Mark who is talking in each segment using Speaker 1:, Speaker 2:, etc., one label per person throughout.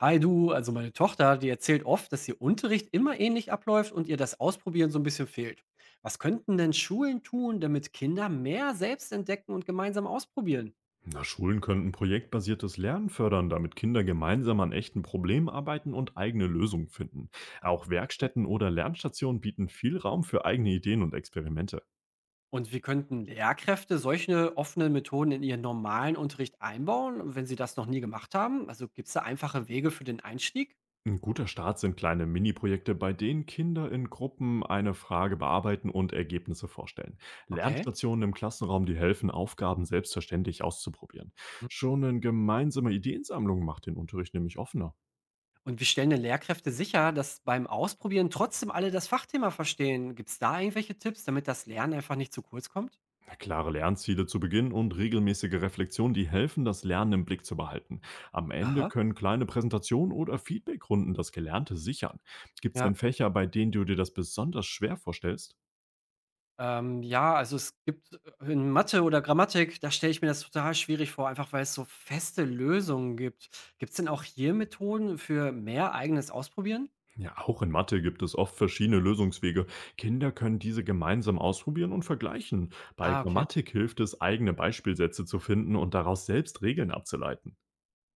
Speaker 1: Hi du, also meine Tochter, die erzählt oft, dass ihr Unterricht immer ähnlich abläuft und ihr das Ausprobieren so ein bisschen fehlt. Was könnten denn Schulen tun, damit Kinder mehr selbst entdecken und gemeinsam ausprobieren?
Speaker 2: Na, Schulen könnten projektbasiertes Lernen fördern, damit Kinder gemeinsam an echten Problemen arbeiten und eigene Lösungen finden.
Speaker 1: Ah,
Speaker 2: Auch
Speaker 1: okay.
Speaker 2: Werkstätten oder Lernstationen bieten viel Raum für eigene Ideen und Experimente.
Speaker 1: Und wie könnten Lehrkräfte solche offenen Methoden in ihren normalen Unterricht einbauen, wenn sie das noch nie gemacht haben? Also gibt es da einfache Wege für den Einstieg?
Speaker 2: Ein guter Start sind kleine Mini-Projekte, bei denen Kinder in Gruppen eine Frage bearbeiten und Ergebnisse vorstellen.
Speaker 1: Okay.
Speaker 2: Lernstationen im Klassenraum, die helfen, Aufgaben selbstverständlich auszuprobieren.
Speaker 1: Hm.
Speaker 2: Schon eine gemeinsame Ideensammlung macht den Unterricht nämlich offener.
Speaker 1: Und wie stellen denn Lehrkräfte sicher, dass beim Ausprobieren trotzdem alle das Fachthema verstehen? Gibt es da irgendwelche Tipps, damit das Lernen einfach nicht zu kurz kommt?
Speaker 2: Klare Lernziele zu Beginn und regelmäßige Reflexion, die helfen, das Lernen im Blick zu behalten. Am Ende
Speaker 1: Aha.
Speaker 2: können kleine Präsentationen oder Feedbackrunden das Gelernte sichern. Gibt es
Speaker 1: Ja.
Speaker 2: denn Fächer, bei denen du dir das besonders schwer vorstellst?
Speaker 1: Ja, also es gibt in Mathe oder Grammatik, da stelle ich mir das total schwierig vor, einfach weil es so feste Lösungen gibt. Gibt's denn auch hier Methoden für mehr eigenes Ausprobieren?
Speaker 2: Ja, auch in Mathe gibt es oft verschiedene Lösungswege. Kinder können diese gemeinsam ausprobieren und vergleichen. Bei
Speaker 1: Ah, okay.
Speaker 2: Grammatik hilft es, eigene Beispielsätze zu finden und daraus selbst Regeln abzuleiten.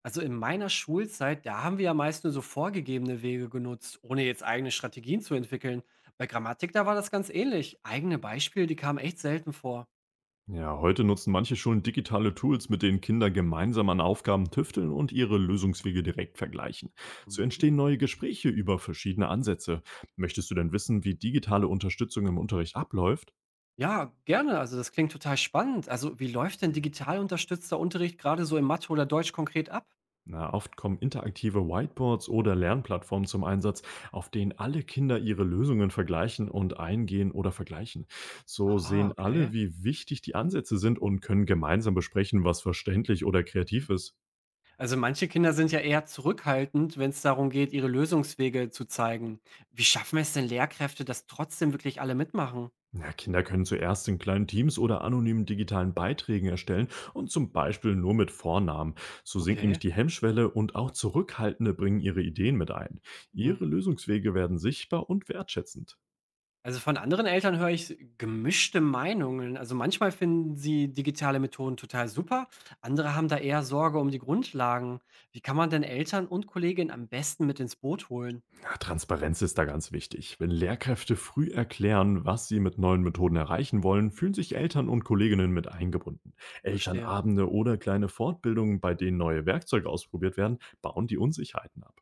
Speaker 1: Also in meiner Schulzeit, da haben wir ja meist nur so vorgegebene Wege genutzt, ohne jetzt eigene Strategien zu entwickeln. Bei Grammatik, da war das ganz ähnlich. Eigene Beispiele, die kamen echt selten vor.
Speaker 2: Ja, heute nutzen manche Schulen digitale Tools, mit denen Kinder gemeinsam an Aufgaben tüfteln und ihre Lösungswege direkt vergleichen. So
Speaker 1: Mhm.
Speaker 2: entstehen neue Gespräche über verschiedene Ansätze. Möchtest du denn wissen, wie digitale Unterstützung im Unterricht abläuft?
Speaker 1: Ja, gerne. Also das klingt total spannend. Also wie läuft denn digital unterstützter Unterricht gerade so in Mathe oder Deutsch konkret ab?
Speaker 2: Na, oft kommen interaktive Whiteboards oder Lernplattformen zum Einsatz, auf denen alle Kinder ihre Lösungen vergleichen und eingehen oder vergleichen. So
Speaker 1: Ah,
Speaker 2: sehen
Speaker 1: okay.
Speaker 2: alle, wie wichtig die Ansätze sind und können gemeinsam besprechen, was verständlich oder kreativ ist.
Speaker 1: Also manche Kinder sind ja eher zurückhaltend, wenn es darum geht, ihre Lösungswege zu zeigen. Wie schaffen es denn Lehrkräfte, dass trotzdem wirklich alle mitmachen?
Speaker 2: Ja, Kinder können zuerst in kleinen Teams oder anonymen digitalen Beiträgen erstellen und zum Beispiel nur mit Vornamen. So sinkt nämlich
Speaker 1: Okay.
Speaker 2: die Hemmschwelle und auch Zurückhaltende bringen ihre Ideen mit ein.
Speaker 1: Hm.
Speaker 2: Ihre Lösungswege werden sichtbar und wertschätzend.
Speaker 1: Also von anderen Eltern höre ich gemischte Meinungen. Also manchmal finden sie digitale Methoden total super, andere haben da eher Sorge um die Grundlagen. Wie kann man denn Eltern und Kolleginnen am besten mit ins Boot holen?
Speaker 2: Ja, Transparenz ist da ganz wichtig. Wenn Lehrkräfte früh erklären, was sie mit neuen Methoden erreichen wollen, fühlen sich Eltern und Kolleginnen mit eingebunden.
Speaker 1: Verstehe.
Speaker 2: Elternabende oder kleine Fortbildungen, bei denen neue Werkzeuge ausprobiert werden, bauen die Unsicherheiten ab.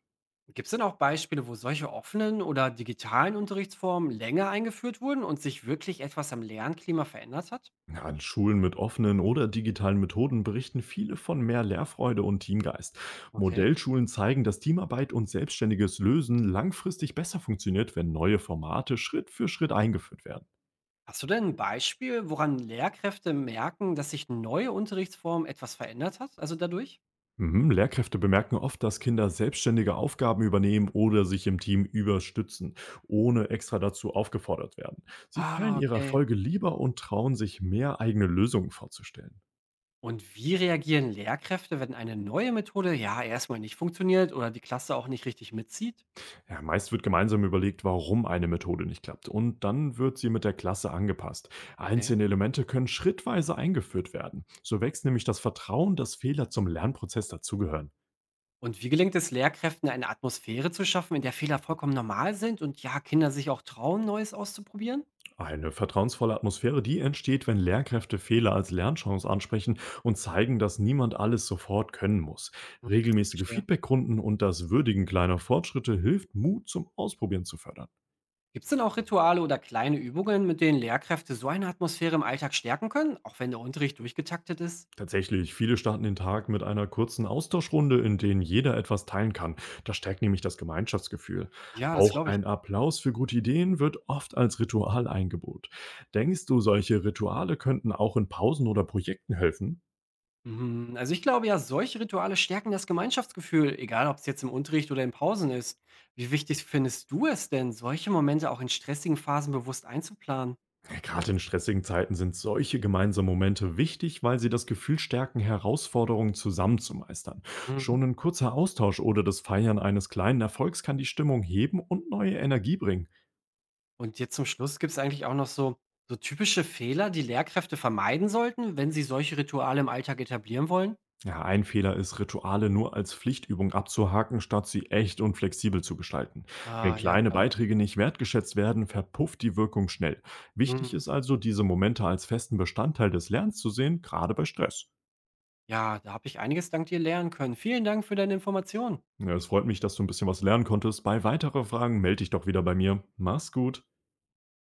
Speaker 1: Gibt es denn auch Beispiele, wo solche offenen oder digitalen Unterrichtsformen länger eingeführt wurden und sich wirklich etwas am Lernklima verändert hat?
Speaker 2: Ja, an Schulen mit offenen oder digitalen Methoden berichten viele von mehr Lehrfreude und Teamgeist.
Speaker 1: Okay.
Speaker 2: Modellschulen zeigen, dass Teamarbeit und selbstständiges Lösen langfristig besser funktioniert, wenn neue Formate Schritt für Schritt eingeführt werden.
Speaker 1: Hast du denn ein Beispiel, woran Lehrkräfte merken, dass sich neue Unterrichtsformen etwas verändert hat, also dadurch?
Speaker 2: Mhm. Lehrkräfte bemerken oft, dass Kinder selbstständige Aufgaben übernehmen oder sich im Team überstützen, ohne extra dazu aufgefordert werden. Sie teilen
Speaker 1: Ah,
Speaker 2: ihre
Speaker 1: okay.
Speaker 2: Erfolge lieber und trauen sich mehr eigene Lösungen vorzustellen.
Speaker 1: Und wie reagieren Lehrkräfte, wenn eine neue Methode, ja, erstmal nicht funktioniert oder die Klasse auch nicht richtig mitzieht?
Speaker 2: Ja, meist wird gemeinsam überlegt, warum eine Methode nicht klappt und dann wird sie mit der Klasse angepasst.
Speaker 1: Okay.
Speaker 2: Einzelne Elemente können schrittweise eingeführt werden. So
Speaker 1: Hm.
Speaker 2: wächst nämlich das Vertrauen, dass Fehler zum Lernprozess dazugehören.
Speaker 1: Und wie gelingt es Lehrkräften, eine Atmosphäre zu schaffen, in der Fehler vollkommen normal sind und, ja, Kinder sich auch trauen, Neues auszuprobieren?
Speaker 2: Eine vertrauensvolle Atmosphäre, die entsteht, wenn Lehrkräfte Fehler als Lernchance ansprechen und zeigen, dass niemand alles sofort können muss.
Speaker 1: Hm,
Speaker 2: Regelmäßige
Speaker 1: verstehe.
Speaker 2: Feedbackrunden und das Würdigen kleiner Fortschritte hilft, Mut zum Ausprobieren zu fördern.
Speaker 1: Gibt es denn auch Rituale oder kleine Übungen, mit denen Lehrkräfte so eine Atmosphäre im Alltag stärken können, auch wenn der Unterricht durchgetaktet ist?
Speaker 2: Tatsächlich, viele starten den Tag mit einer kurzen Austauschrunde, in denen jeder etwas teilen kann. Das stärkt nämlich das Gemeinschaftsgefühl.
Speaker 1: Ja, das
Speaker 2: Auch
Speaker 1: glaube ich.
Speaker 2: ein Applaus für gute Ideen wird oft als Ritual eingebaut. Denkst du, solche Rituale könnten auch in Pausen oder Projekten helfen?
Speaker 1: Mhm. Also, ich glaube ja, solche Rituale stärken das Gemeinschaftsgefühl, egal ob es jetzt im Unterricht oder in Pausen ist. Wie wichtig findest du es denn, solche Momente auch in stressigen Phasen bewusst einzuplanen?
Speaker 2: Gerade in stressigen Zeiten sind solche gemeinsamen Momente wichtig, weil sie das Gefühl stärken, Herausforderungen zusammen zu meistern.
Speaker 1: Mhm.
Speaker 2: Schon ein kurzer Austausch oder das Feiern eines kleinen Erfolgs kann die Stimmung heben und neue Energie bringen.
Speaker 1: Und jetzt zum Schluss gibt es eigentlich auch noch so typische Fehler, die Lehrkräfte vermeiden sollten, wenn sie solche Rituale im Alltag etablieren wollen?
Speaker 2: Ja, ein Fehler ist, Rituale nur als Pflichtübung abzuhaken, statt sie echt und flexibel zu gestalten. Wenn
Speaker 1: Ah, ja,
Speaker 2: kleine
Speaker 1: klar.
Speaker 2: Beiträge nicht wertgeschätzt werden, verpufft die Wirkung schnell.
Speaker 1: Mhm.
Speaker 2: Wichtig ist also, diese Momente als festen Bestandteil des Lernens zu sehen, gerade bei Stress.
Speaker 1: Ja, da habe ich einiges dank dir lernen können. Vielen Dank für deine Informationen.
Speaker 2: Ja, es freut mich, dass du ein bisschen was lernen konntest. Bei weiteren Fragen melde dich doch wieder bei mir. Mach's gut.